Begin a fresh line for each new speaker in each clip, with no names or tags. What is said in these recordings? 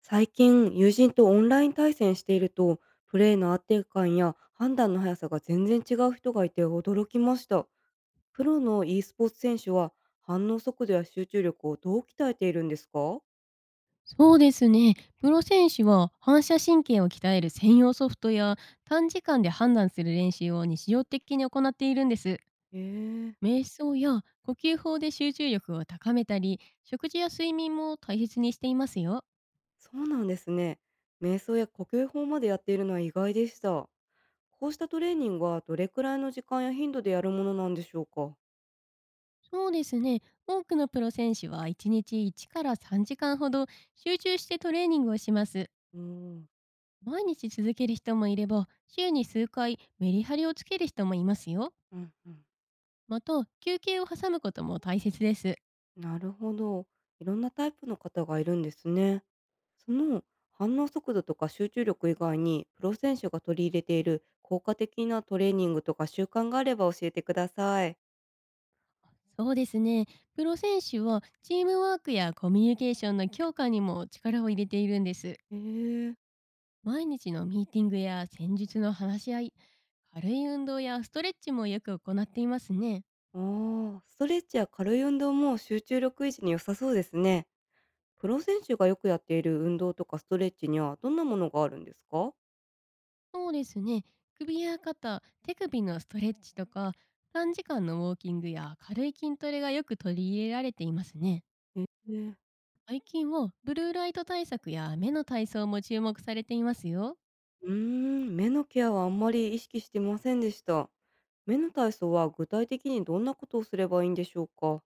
最近友人とオンライン対戦していると、プレーの安定感や判断の速さが全然違う人がいて驚きました。プロの e スポーツ選手は反応速度や集中力をどう鍛えているんですか？
そうですね。プロ選手は反射神経を鍛える専用ソフトや短時間で判断する練習を日常的に行っているんです。
へえー。
瞑想や呼吸法で集中力を高めたり、食事や睡眠も大切にしていますよ。
そうなんですね。瞑想や呼吸法までやっているのは意外でした。こうしたトレーニングはどれくらいの時間や頻度でやるものなんでしょうか？
そうですね。多くのプロ選手は1日1から3時間ほど集中してトレーニングをします。
おー。
毎日続ける人もいれば、週に数回メリハリをつける人もいますよ。
うんうん。
また、休憩を挟むことも大切です。
なるほど。いろんなタイプの方がいるんですね。その反応速度とか集中力以外にプロ選手が取り入れている効果的なトレーニングとか習慣があれば教えてください。
そうですね。プロ選手はチームワークやコミュニケーションの強化にも力を入れているんです。
へえー。
毎日のミーティングや戦術の話し合い、軽い運動やストレッチもよく行っていますね。
あー、ストレッチや軽い運動も集中力維持に良さそうですね。プロ選手がよくやっている運動とかストレッチにはどんなものがあるんですか？
そうですね。首や肩、手首のストレッチとか、短時間のウォーキングや軽い筋トレがよく取り入れられていますね。
へえー。
最近はブルーライト対策や目の体操も注目されていますよ。
うーん、目のケアはあんまり意識してませんでした。目の体操は具体的にどんなことをすればいいんでしょうか？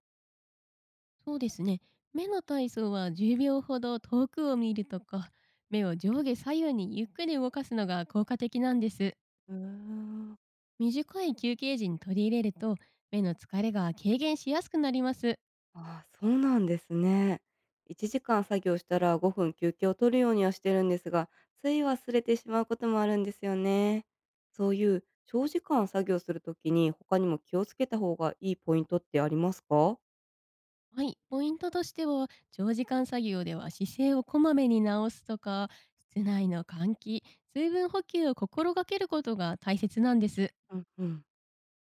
そうですね。目の体操は10秒ほど遠くを見るとか、目を上下左右にゆっくり動かすのが効果的なんです。
うーん。
短い休憩時に取り入れると、目の疲れが軽減しやすくなります。
ああ、そうなんですね。1時間作業したら5分休憩を取るようにはしてるんですが、つい忘れてしまうこともあるんですよね。そういう長時間作業するときに他にも気をつけた方がいいポイントってありますか？
はい、ポイントとしては、長時間作業では姿勢をこまめに直すとか、室内の換気、水分補給を心がけることが大切なんです。
うんうん。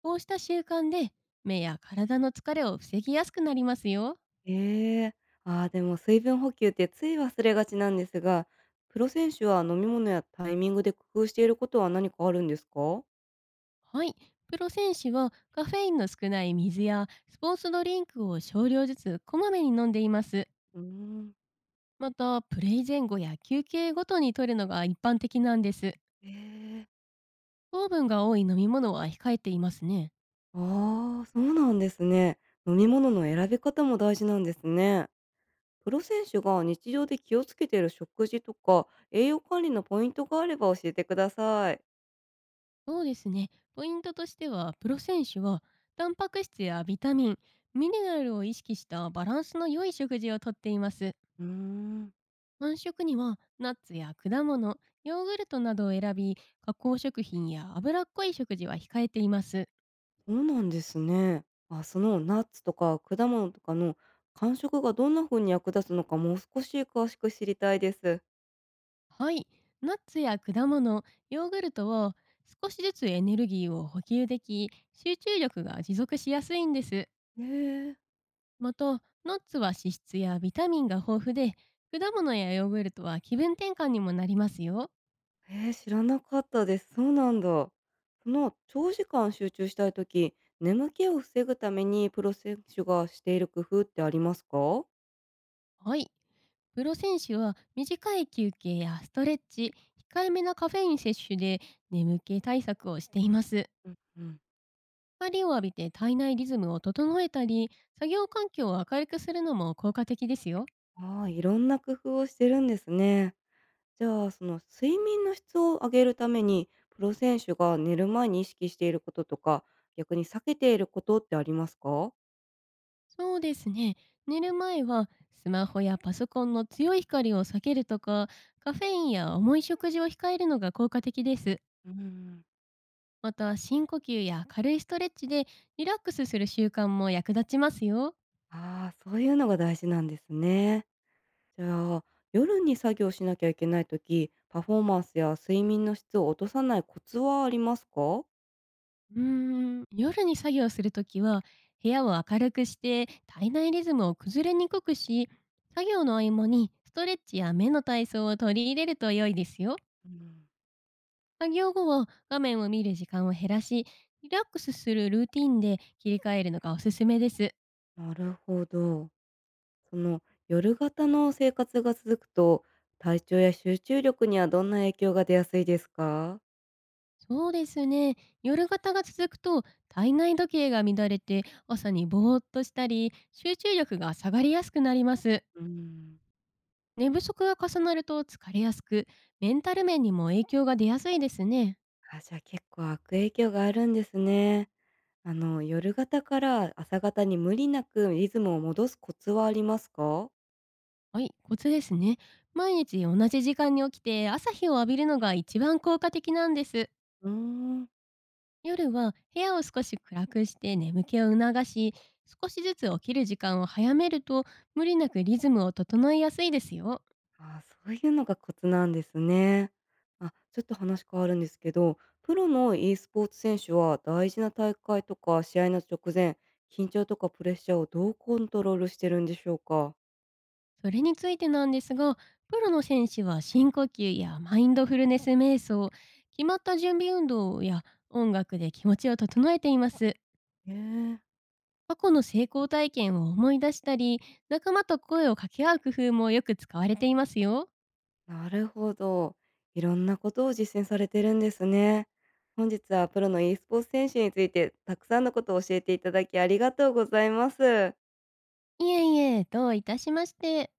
こうした習慣で、目や体の疲れを防ぎやすくなりますよ。
ええ。ああ、でも水分補給ってつい忘れがちなんですが、プロ選手は飲み物やタイミングで工夫していることは何かあるんですか？
はい。プロ選手はカフェインの少ない水やスポーツドリンクを少量ずつこまめに飲んでいます。
うーん。
また、プレイ前後や休憩ごとに摂るのが一般的なんです。
ええ。
糖分が多い飲み物は控えていますね。
ああ、そうなんですね。飲み物の選び方も大事なんですね。プロ選手が日常で気をつけている食事とか栄養管理のポイントがあれば教えてください。
そうですね。ポイントとしては、プロ選手はタンパク質やビタミン、ミネラルを意識したバランスの良い食事をとっています。
うーん。
晩食にはナッツや果物、ヨーグルトなどを選び、加工食品や脂っこい食事は控えています。
そうなんですね。あ、そのナッツとか果物とかの感触がどんな風に役立つのかもう少し詳しく知りたいです。
はい。ナッツや果物、ヨーグルトを少しずつエネルギーを補給でき、集中力が持続しやすいんです。
ねえ。
また、ナッツは脂質やビタミンが豊富で、果物やヨーグルトは気分転換にもなりますよ。
ええ、知らなかったです。そうなんだ。その、長時間集中したいとき、眠気を防ぐためにプロ選手がしている工夫ってありますか？
はい。プロ選手は短い休憩やストレッチ、控えめなカフェイン摂取で眠気対策をしています。
うんうん。
光を浴びて体内リズムを整えたり、作業環境を明るくするのも効果的ですよ。
ああ、いろんな工夫をしてるんですね。じゃあ、その、睡眠の質を上げるために、プロ選手が寝る前に意識していることとか、逆に避けていることってありますか？
そうですね。寝る前はスマホやパソコンの強い光を避けるとか、カフェインや重い食事を控えるのが効果的です。
うん。
また、深呼吸や軽いストレッチでリラックスする習慣も役立ちますよ。
ああ、そういうのが大事なんですね。じゃあ、夜に作業しなきゃいけないとき、パフォーマンスや睡眠の質を落とさないコツはありますか？
うーん、夜に作業するときは、部屋を明るくして体内リズムを崩れにくくし、作業の合間にストレッチや目の体操を取り入れると良いですよ。
うん。
作業後は画面を見る時間を減らし、リラックスするルーティンで切り替えるのがおすすめです。
なるほど。その夜型の生活が続くと、体調や集中力にはどんな影響が出やすいですか？
そうですね。夜型が続くと体内時計が乱れて朝にぼーっとしたり集中力が下がりやすくなります。
うん。
寝不足が重なると疲れやすく、メンタル面にも影響が出やすいですね。
あ、じゃあ結構悪影響があるんですね。あの夜型から朝型に無理なくリズムを戻すコツはありますか？
はい、コツですね。毎日同じ時間に起きて朝日を浴びるのが一番効果的なんです。
うーん。
夜は部屋を少し暗くして眠気を促し、少しずつ起きる時間を早めると無理なくリズムを整えやすいですよ。
ああ、そういうのがコツなんですね。あ、ちょっと話変わるんですけど、プロの e スポーツ選手は大事な大会とか試合の直前、緊張とかプレッシャーをどうコントロールしてるんでしょうか？
それについてなんですが、プロの選手は深呼吸やマインドフルネス瞑想、決まった準備運動や音楽で気持ちを整えています。
ええ。
過去の成功体験を思い出したり、仲間と声を掛け合う工夫もよく使われていますよ。
なるほど。いろんなことを実践されてるんですね。本日はプロの e スポーツ選手についてたくさんのことを教えていただきありがとうございます。
いえいえ、どういたしまして。